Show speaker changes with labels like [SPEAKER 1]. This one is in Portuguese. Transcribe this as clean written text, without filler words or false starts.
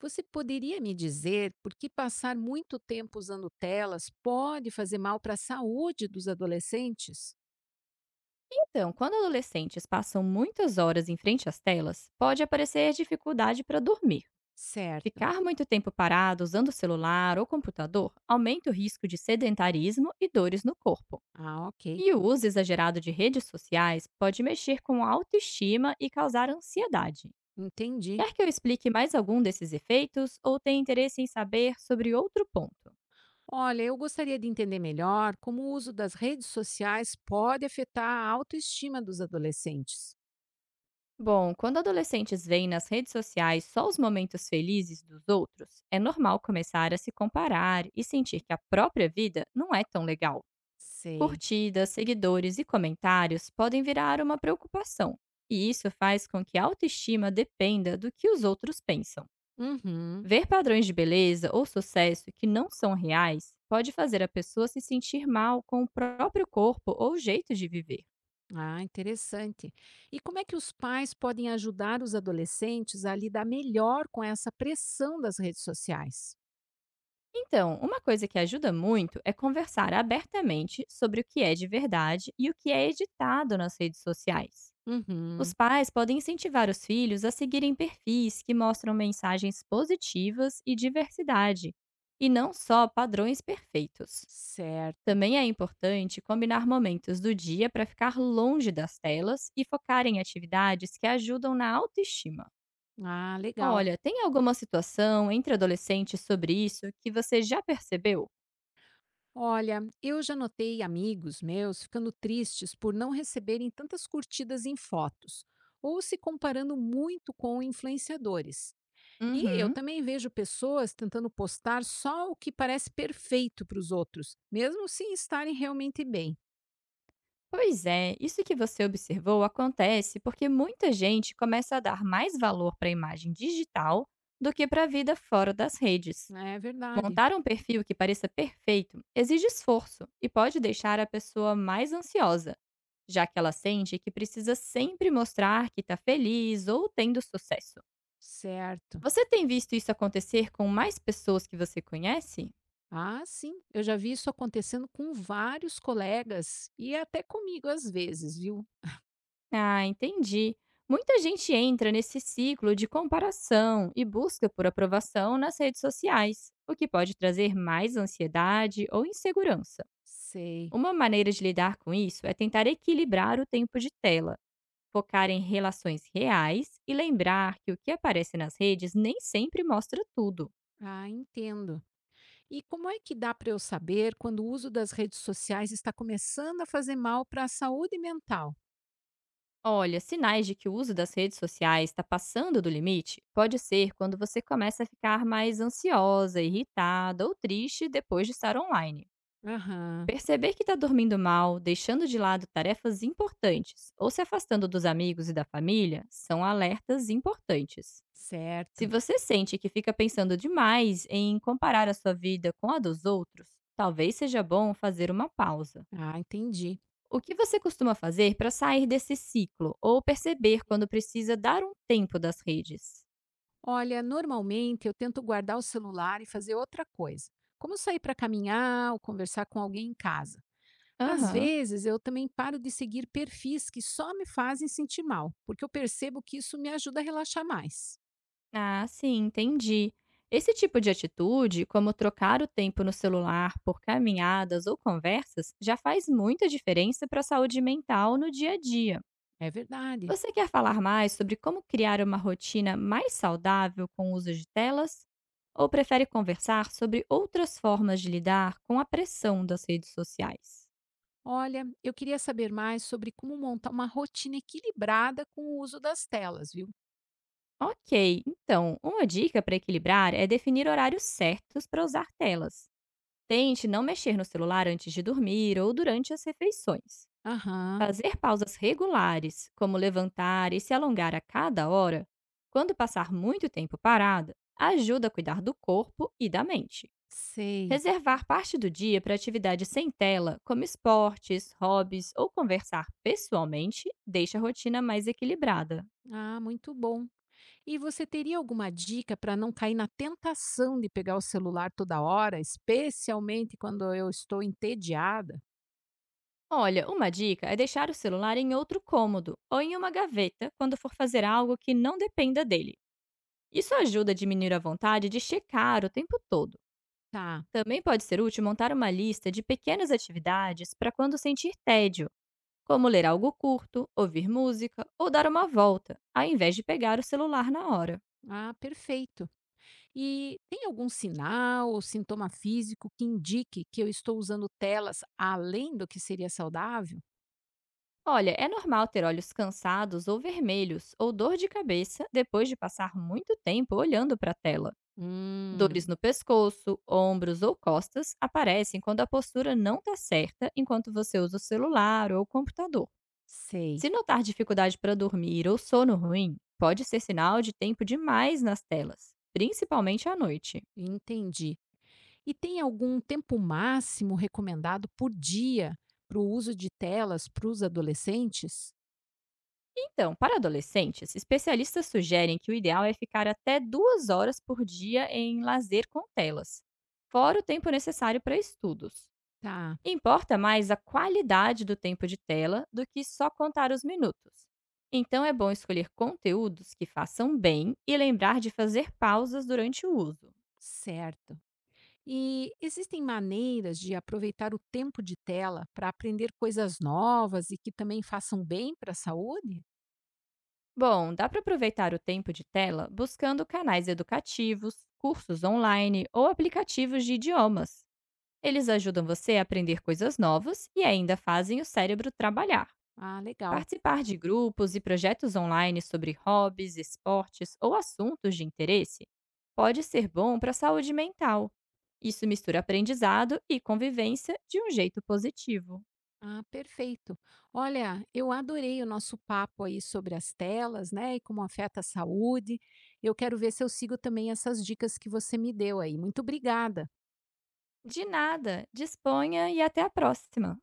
[SPEAKER 1] Você poderia me dizer por que passar muito tempo usando telas pode fazer mal para a saúde dos adolescentes?
[SPEAKER 2] Então, quando adolescentes passam muitas horas em frente às telas, pode aparecer dificuldade para dormir.
[SPEAKER 1] Certo.
[SPEAKER 2] Ficar muito tempo parado usando o celular ou computador aumenta o risco de sedentarismo e dores no corpo.
[SPEAKER 1] Ah, ok.
[SPEAKER 2] E o uso exagerado de redes sociais pode mexer com a autoestima e causar ansiedade.
[SPEAKER 1] Entendi.
[SPEAKER 2] Quer que eu explique mais algum desses efeitos ou tem interesse em saber sobre outro ponto?
[SPEAKER 1] Olha, eu gostaria de entender melhor como o uso das redes sociais pode afetar a autoestima dos adolescentes.
[SPEAKER 2] Bom, quando adolescentes veem nas redes sociais só os momentos felizes dos outros, é normal começar a se comparar e sentir que a própria vida não é tão legal.
[SPEAKER 1] Sei.
[SPEAKER 2] Curtidas, seguidores e comentários podem virar uma preocupação, e isso faz com que a autoestima dependa do que os outros pensam.
[SPEAKER 1] Uhum.
[SPEAKER 2] Ver padrões de beleza ou sucesso que não são reais pode fazer a pessoa se sentir mal com o próprio corpo ou jeito de viver.
[SPEAKER 1] Ah, interessante. E como é que os pais podem ajudar os adolescentes a lidar melhor com essa pressão das redes sociais?
[SPEAKER 2] Então, uma coisa que ajuda muito é conversar abertamente sobre o que é de verdade e o que é editado nas redes sociais. Os
[SPEAKER 1] Uhum.
[SPEAKER 2] pais podem incentivar os filhos a seguirem perfis que mostram mensagens positivas e diversidade, e não só padrões perfeitos.
[SPEAKER 1] Certo.
[SPEAKER 2] Também é importante combinar momentos do dia para ficar longe das telas e focar em atividades que ajudam na autoestima.
[SPEAKER 1] Ah, legal.
[SPEAKER 2] Olha, tem alguma situação entre adolescentes sobre isso que você já percebeu?
[SPEAKER 1] Olha, eu já notei amigos meus ficando tristes por não receberem tantas curtidas em fotos, ou se comparando muito com influenciadores. E eu
[SPEAKER 2] Uhum.
[SPEAKER 1] também vejo pessoas tentando postar só o que parece perfeito para os outros, mesmo sem estarem realmente bem.
[SPEAKER 2] Pois é, isso que você observou acontece porque muita gente começa a dar mais valor para a imagem digital do que para a vida fora das redes.
[SPEAKER 1] É verdade.
[SPEAKER 2] Montar um perfil que pareça perfeito exige esforço e pode deixar a pessoa mais ansiosa, já que ela sente que precisa sempre mostrar que está feliz ou tendo sucesso.
[SPEAKER 1] Certo.
[SPEAKER 2] Você tem visto isso acontecer com mais pessoas que você conhece?
[SPEAKER 1] Ah, sim, eu já vi isso acontecendo com vários colegas e até comigo às vezes, viu?
[SPEAKER 2] Ah, entendi. Muita gente entra nesse ciclo de comparação e busca por aprovação nas redes sociais, o que pode trazer mais ansiedade ou insegurança.
[SPEAKER 1] Sei.
[SPEAKER 2] Uma maneira de lidar com isso é tentar equilibrar o tempo de tela, focar em relações reais e lembrar que o que aparece nas redes nem sempre mostra tudo.
[SPEAKER 1] Ah, entendo. E como é que dá para eu saber quando o uso das redes sociais está começando a fazer mal para a saúde mental?
[SPEAKER 2] Olha, sinais de que o uso das redes sociais está passando do limite pode ser quando você começa a ficar mais ansiosa, irritada ou triste depois de estar online.
[SPEAKER 1] Aham,
[SPEAKER 2] Perceber que está dormindo mal, deixando de lado tarefas importantes ou se afastando dos amigos e da família são alertas importantes. Se
[SPEAKER 1] certo.
[SPEAKER 2] você sente que fica pensando demais em comparar a sua vida com a dos outros, talvez seja bom fazer uma pausa.
[SPEAKER 1] Ah, entendi.
[SPEAKER 2] O que você costuma fazer para sair desse ciclo ou perceber quando precisa dar um tempo das redes?
[SPEAKER 1] Olha, normalmente eu tento guardar o celular e fazer outra coisa, como sair para caminhar ou conversar com alguém em casa. Às
[SPEAKER 2] Aham.
[SPEAKER 1] vezes eu também paro de seguir perfis que só me fazem sentir mal, porque eu percebo que isso me ajuda a relaxar mais.
[SPEAKER 2] Ah, sim, entendi. Esse tipo de atitude, como trocar o tempo no celular por caminhadas ou conversas, já faz muita diferença para a saúde mental no dia a dia.
[SPEAKER 1] É verdade.
[SPEAKER 2] Você quer falar mais sobre como criar uma rotina mais saudável com o uso de telas? Ou prefere conversar sobre outras formas de lidar com a pressão das redes sociais?
[SPEAKER 1] Olha, eu queria saber mais sobre como montar uma rotina equilibrada com o uso das telas, viu?
[SPEAKER 2] Ok, então, uma dica para equilibrar é definir horários certos para usar telas. Tente não mexer no celular antes de dormir ou durante as refeições.
[SPEAKER 1] Aham,
[SPEAKER 2] Fazer pausas regulares, como levantar e se alongar a cada hora, quando passar muito tempo parada, ajuda a cuidar do corpo e da mente.
[SPEAKER 1] sei.
[SPEAKER 2] Reservar parte do dia para atividades sem tela, como esportes, hobbies ou conversar pessoalmente, deixa a rotina mais equilibrada.
[SPEAKER 1] Ah, muito bom. E você teria alguma dica para não cair na tentação de pegar o celular toda hora, especialmente quando eu estou entediada?
[SPEAKER 2] Olha, uma dica é deixar o celular em outro cômodo ou em uma gaveta quando for fazer algo que não dependa dele. Isso ajuda a diminuir a vontade de checar o tempo todo.
[SPEAKER 1] Tá.
[SPEAKER 2] Também pode ser útil montar uma lista de pequenas atividades para quando sentir tédio, como ler algo curto, ouvir música ou dar uma volta, ao invés de pegar o celular na hora.
[SPEAKER 1] Ah, perfeito. E tem algum sinal ou sintoma físico que indique que eu estou usando telas além do que seria saudável?
[SPEAKER 2] Olha, é normal ter olhos cansados ou vermelhos ou dor de cabeça depois de passar muito tempo olhando para a tela. Dores
[SPEAKER 1] Hum,
[SPEAKER 2] no pescoço, ombros ou costas aparecem quando a postura não está certa enquanto você usa o celular ou o computador.
[SPEAKER 1] sei.
[SPEAKER 2] Se notar dificuldade para dormir ou sono ruim, pode ser sinal de tempo demais nas telas, principalmente à noite.
[SPEAKER 1] Entendi. E tem algum tempo máximo recomendado por dia para o uso de telas para os adolescentes?
[SPEAKER 2] Então, para adolescentes, especialistas sugerem que o ideal é ficar até 2 horas por dia em lazer com telas, fora o tempo necessário para estudos.
[SPEAKER 1] Tá,
[SPEAKER 2] Importa mais a qualidade do tempo de tela do que só contar os minutos. Então, é bom escolher conteúdos que façam bem e lembrar de fazer pausas durante o uso.
[SPEAKER 1] certo. E existem maneiras de aproveitar o tempo de tela para aprender coisas novas e que também façam bem para a saúde?
[SPEAKER 2] Bom, dá para aproveitar o tempo de tela buscando canais educativos, cursos online ou aplicativos de idiomas. Eles ajudam você a aprender coisas novas e ainda fazem o cérebro trabalhar.
[SPEAKER 1] Ah, legal.
[SPEAKER 2] Participar de grupos e projetos online sobre hobbies, esportes ou assuntos de interesse pode ser bom para a saúde mental. Isso mistura aprendizado e convivência de um jeito positivo.
[SPEAKER 1] Ah, perfeito. Olha, eu adorei o nosso papo aí sobre as telas, né, e como afeta a saúde. Eu quero ver se eu sigo também essas dicas que você me deu aí. Muito obrigada.
[SPEAKER 2] De nada, disponha e até a próxima!